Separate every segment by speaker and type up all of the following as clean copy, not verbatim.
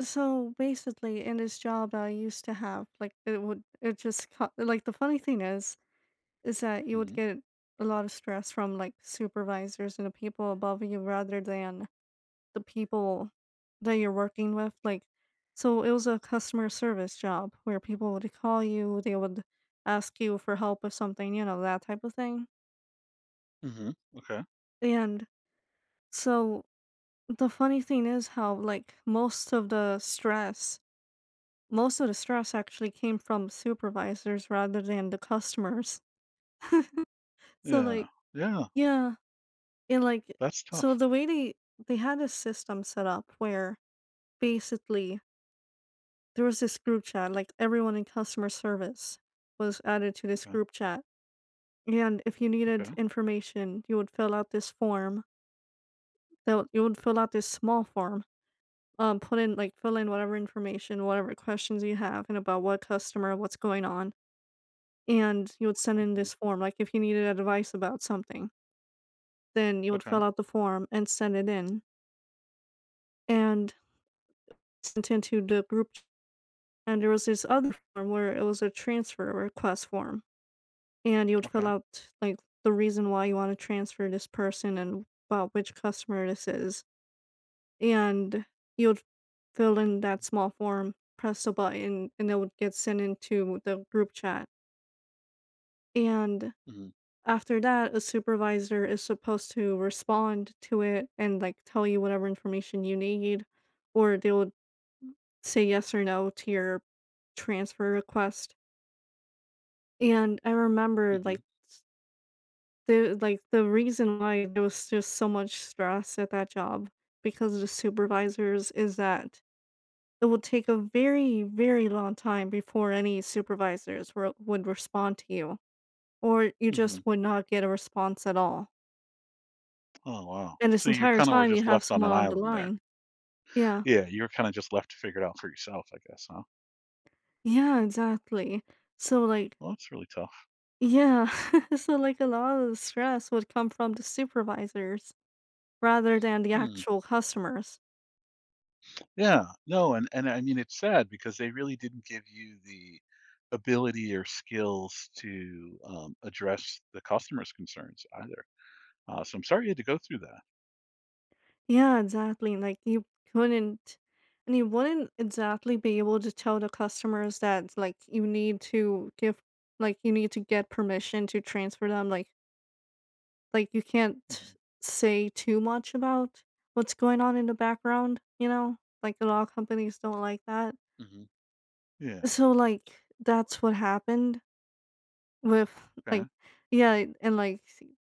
Speaker 1: So basically, in this job I used to have, like it would, it just co- like the funny thing is that you would
Speaker 2: Mhm.
Speaker 1: get a lot of stress from like supervisors and the people above you rather than the people that you're working with. Like, so it was a customer service job where people would call you, they would ask you for help with something, you know, that type of thing.
Speaker 2: Mhm. Okay.
Speaker 1: And so the funny thing is how like most of the stress actually came from supervisors rather than the customers. So
Speaker 2: Yeah.
Speaker 1: like
Speaker 2: Yeah.
Speaker 1: yeah, and like
Speaker 2: That's
Speaker 1: so
Speaker 2: tough.
Speaker 1: the way they had a system set up where basically there was this group chat, like everyone in customer service was added to this
Speaker 2: Okay.
Speaker 1: group chat. And if you
Speaker 2: Okay.
Speaker 1: needed information, you would fill out this form. That you would fill out this small form. Put in like Fill in whatever information, whatever questions you have, and about what customer, what's going on, and you would send in
Speaker 2: Mhm.
Speaker 1: this form, like, if you needed advice about something, then you would
Speaker 2: Okay.
Speaker 1: fill out the form and send it in, and sent into the group. And there was this other form where it was a transfer request form, and you would fill
Speaker 2: Okay.
Speaker 1: out, like, the reason why you wanna transfer this person and about which customer this is, and you would fill in that small form, press a button, and it would get sent into the group chat. And
Speaker 2: Mhm.
Speaker 1: after that, a supervisor is supposed to respond to it and, like, tell you whatever information you need, or they'll say yes or no to your transfer request. And I remember,
Speaker 2: Mhm.
Speaker 1: like, the reason why there was just so much stress at that job because of the supervisors is that it would take a very, very long time before any supervisors were would respond to you, or you just
Speaker 2: Mhm.
Speaker 1: would not get a response at all.
Speaker 2: Oh wow.
Speaker 1: And this
Speaker 2: So you
Speaker 1: entire
Speaker 2: kind of were
Speaker 1: time, you
Speaker 2: just
Speaker 1: have
Speaker 2: left on
Speaker 1: someone
Speaker 2: an
Speaker 1: on the
Speaker 2: island there.
Speaker 1: line. Yeah.
Speaker 2: Yeah, you were kind of just left to figure it out for yourself, I guess, huh?
Speaker 1: Yeah, exactly. So, like
Speaker 2: Well, that's really tough.
Speaker 1: yeah. So, like, a lot of the stress would come from the supervisors rather than the
Speaker 2: Hmm.
Speaker 1: actual customers.
Speaker 2: Yeah. No, and I mean it's sad because they really didn't give you the ability or skills to address the customer's concerns either. So I'm sorry you had to go through that.
Speaker 1: Yeah, exactly. Like, you couldn't and you wouldn't exactly be able to tell the customers that, like, you need to give like, you need to get permission to transfer them, like, you can't
Speaker 2: Hmm.
Speaker 1: say too much about what's going on in the background, you know? Like, a lot of companies don't like that.
Speaker 2: Hmm. Yeah.
Speaker 1: So, like, that's what happened with, like
Speaker 2: Okay.
Speaker 1: yeah, and, like,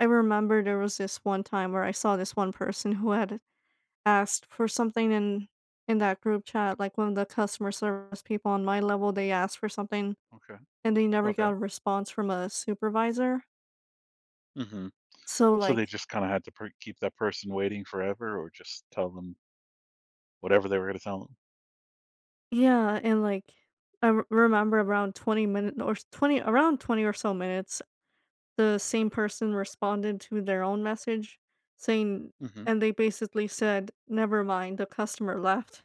Speaker 1: I remember there was this one time where I saw this one person who had asked for something in that group chat, like, one of the customer service people on my level, they asked for something,
Speaker 2: Okay.
Speaker 1: and they never
Speaker 2: Okay.
Speaker 1: got a response from a supervisor.
Speaker 2: Hmm.
Speaker 1: So,
Speaker 2: So
Speaker 1: like
Speaker 2: they just kinda had to per keep that person waiting forever or just tell them whatever they were gonna tell them?
Speaker 1: yeah, and, like, I r remember around 20 minutes or 20 or so minutes, the same person responded to their own message saying,
Speaker 2: Mhm.
Speaker 1: and they basically said, "Never mind," the customer left.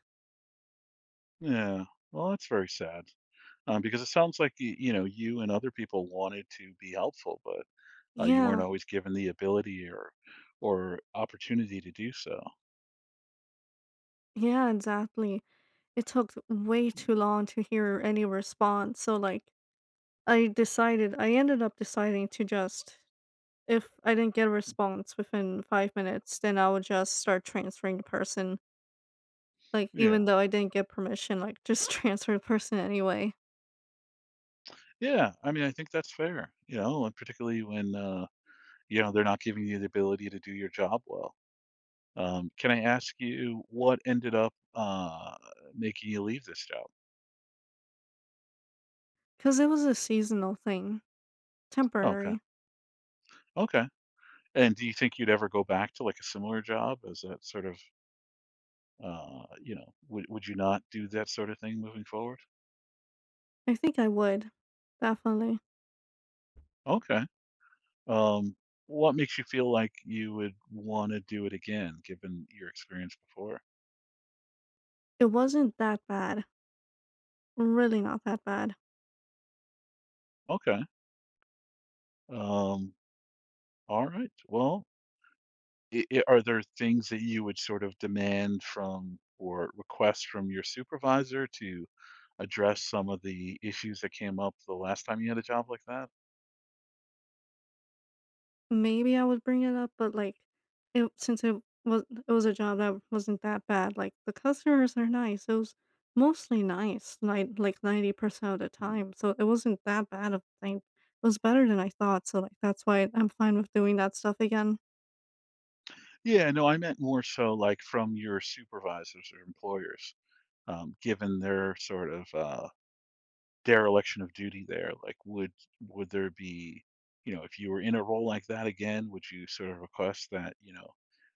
Speaker 2: Yeah. Well, that's very sad, because it sounds like y you know, you and other people wanted to be helpful, but, you weren't
Speaker 1: Yeah.
Speaker 2: always given the ability or opportunity to do so.
Speaker 1: Yeah, exactly. It took way too long to hear any response, so, like, I ended up deciding to just if I didn't get a response within 5 minutes, then I would just start transferring the person. Like,
Speaker 2: Yeah.
Speaker 1: even though I didn't get permission, like, just transfer the person anyway,
Speaker 2: Yeah, I mean, I think that's fair, you know, and particularly when, you know, they're not giving you the ability to do your job well. Can I ask you what ended up, making you leave this job?
Speaker 1: cause it was a seasonal thing,
Speaker 2: Okay.
Speaker 1: temporary.
Speaker 2: Okay. And do you think you'd ever go back to, like, a similar job? Is that sort of, you know, would you not do that sort of thing moving forward?
Speaker 1: I think I would, definitely.
Speaker 2: Okay. Um, what makes you feel like you would wanna do it again given your experience before?
Speaker 1: It wasn't that bad, really not that bad.
Speaker 2: Okay. Um, alright. Well, I are there things that you would sort of demand from or request from your supervisor to address some of the issues that came up the last time you had a job like that?
Speaker 1: Maybe I would bring it up, but, like, it since it was a job that wasn't that bad, like, the customers are nice, it was mostly nice, like 90% of the time, so it wasn't that bad of a thing. It was better than I thought, so, like, that's why I'm fine with doing that stuff again.
Speaker 2: Yeah, no, I meant more so like from your supervisors or employers, given their sort of dereliction of duty there. Like, would there be, you know, if you were in a role like that again, would you sort of request that, you know,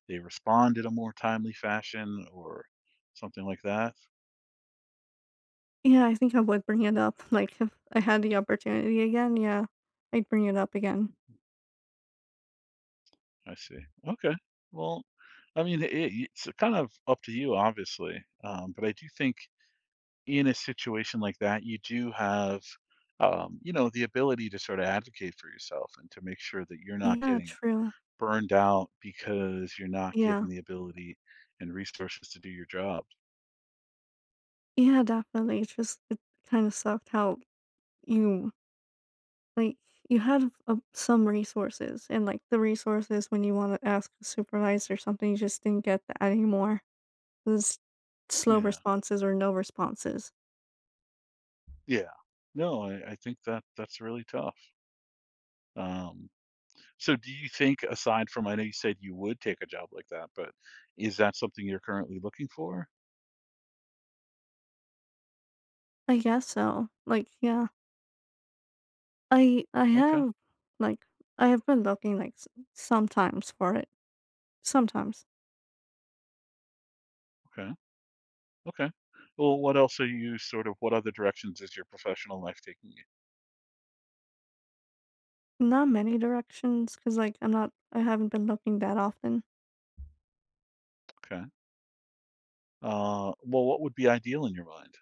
Speaker 2: they respond in a more timely fashion or something like that?
Speaker 1: Yeah, I think I would bring it up, like, if I had the opportunity again, yeah, I'd bring it up again.
Speaker 2: I see. Okay. Well, I mean, it's kind of up to you, obviously, but I do think in a situation like that, you do have, you know, the ability to sort of advocate for yourself and to make sure that you're not
Speaker 1: Yeah,
Speaker 2: getting
Speaker 1: true.
Speaker 2: burned out because you're not
Speaker 1: Yeah.
Speaker 2: given the ability and resources to do your job.
Speaker 1: Yeah, definitely, it's just it kinda sucked how you like, you had a some resources, and, like, the resources when you wanna ask a supervisor something, you just didn't get that anymore. It Slow
Speaker 2: Yeah.
Speaker 1: responses or no responses.
Speaker 2: Yeah. No, I think that that's really tough. Um, so do you think aside from, I know you said you would take a job like that, but is that something you're currently looking for?
Speaker 1: I guess so. Like, yeah. I
Speaker 2: Okay.
Speaker 1: have, like I have been looking, like, s sometimes for it, sometimes.
Speaker 2: Okay. Okay. Well, what else are you sort of, what other directions is your professional life taking you?
Speaker 1: Not many directions, cause like, I haven't been looking that often.
Speaker 2: Okay. Well, what would be ideal in your mind?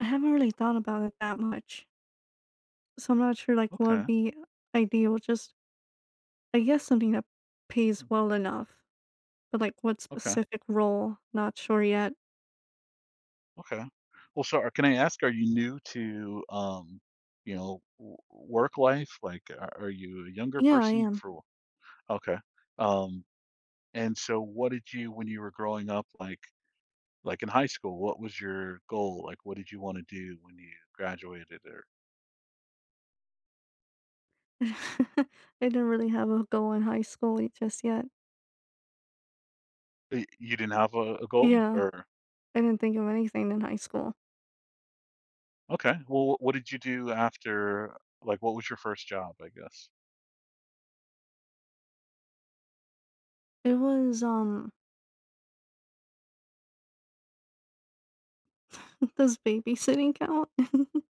Speaker 1: I haven't really thought about it that much, so I'm not sure, like, what would
Speaker 2: Okay,
Speaker 1: be ideal, just I guess something that pays well enough, but, like, what
Speaker 2: okay,
Speaker 1: specific role? Not sure yet.
Speaker 2: okay. Well, can I ask, are you new to, you know, work life? Like, are you a younger
Speaker 1: Yeah, I
Speaker 2: person
Speaker 1: am.
Speaker 2: for? Okay. Um, and so what did you, when you were growing up, like in high school, what was your goal? Like, what did you want to do when you graduated? Or
Speaker 1: I didn't really have a goal in high school just yet.
Speaker 2: you didn't have a goal?
Speaker 1: Yeah,
Speaker 2: Or,
Speaker 1: I didn't think of anything in high school.
Speaker 2: okay. Well, what did you do after? Like, what was your first job, I guess?
Speaker 1: It was, does babysitting count?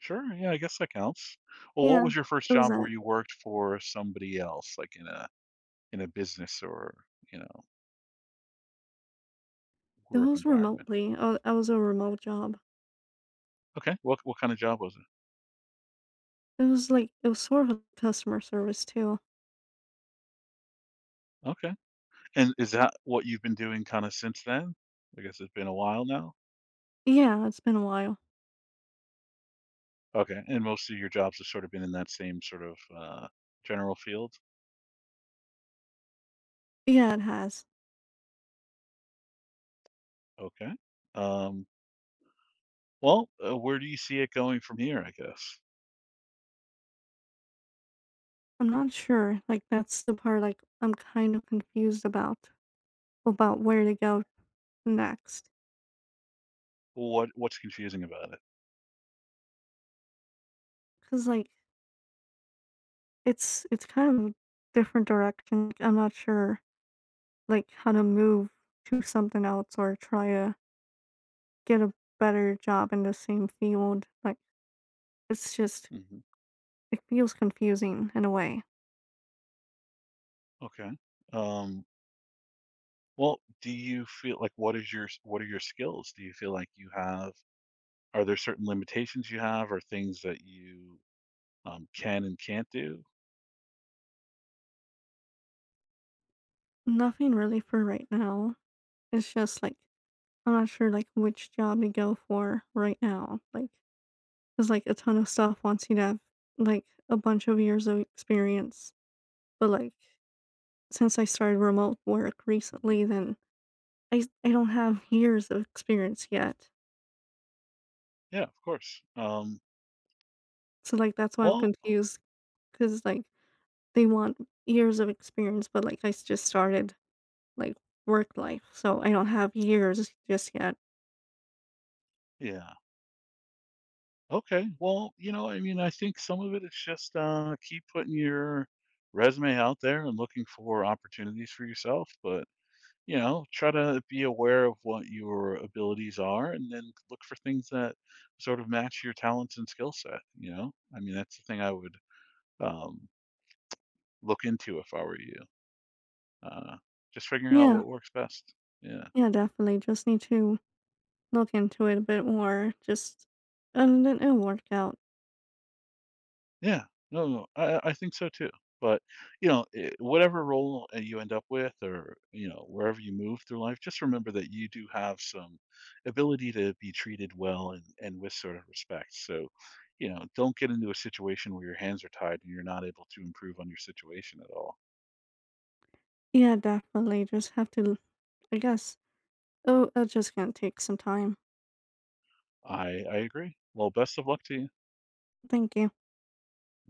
Speaker 2: Sure, yeah, I guess that counts. Well, what
Speaker 1: Yeah,
Speaker 2: was your first
Speaker 1: it was
Speaker 2: job
Speaker 1: that.
Speaker 2: where you worked for somebody else, like in a business or, you know,
Speaker 1: It
Speaker 2: work
Speaker 1: was
Speaker 2: environment?
Speaker 1: remotely. Oh, I was a remote job.
Speaker 2: Okay, what kinda job was it?
Speaker 1: It was sort of a customer service too.
Speaker 2: Okay, and is that what you've been doing kinda since then? I guess it's been a while now?
Speaker 1: Yeah, it's been a while.
Speaker 2: Okay, and most of your jobs have sort of been in that same sort of, general field?
Speaker 1: Yeah, it has.
Speaker 2: Okay. Um, well, where do you see it going from here, I guess?
Speaker 1: I'm not sure. Like that's the part like I'm kind of confused about where to go next.
Speaker 2: What's confusing about it?
Speaker 1: Cause like it's kind of a different direction. Like, I'm not sure like how to move to something else or try to get a better job in the same field. Like it's just
Speaker 2: Mhm,
Speaker 1: it feels confusing in a way.
Speaker 2: okay. Um, well, do you feel like what are your skills? Do you feel like you have are there certain limitations you have or things that you, can and can't do?
Speaker 1: Nothing really for right now. It's just like I'm not sure like which job to go for right now. Like, there's like a ton of stuff wants you to have like a bunch of years of experience. But like since I started remote work
Speaker 2: Mhm.
Speaker 1: recently, then I don't have years of experience yet.
Speaker 2: Yeah, of course.
Speaker 1: So like that's why I'm
Speaker 2: Well,
Speaker 1: confused because like they want years of experience, but just started like work life, so I don't have years just yet.
Speaker 2: yeah. Okay. Well, you know, I mean, I think some of it is just, keep putting your resume out there and looking for opportunities for yourself, but you know, try to be aware of what your abilities are and then look for things that sort of match your talents and skill set, you know? I mean, that's the thing I would um, look into if I were you. Uh, just figuring out
Speaker 1: Yeah,
Speaker 2: what works best. Yeah.
Speaker 1: yeah, definitely. Just need to Look into it a bit more. Just And then it'll work out.
Speaker 2: Yeah. No, no, I think so too. But, you know, eh, whatever role, you end up with or, you know, wherever you move through life, just remember that you do have some ability to be treated well and with sort of respect. So, you know, don't get into a situation where your hands are tied and you're not able to improve on your situation at all.
Speaker 1: Yeah, definitely. Just have to, I guess. Oh, I just gonna take some time.
Speaker 2: I agree. Well, best of luck to you.
Speaker 1: Thank you.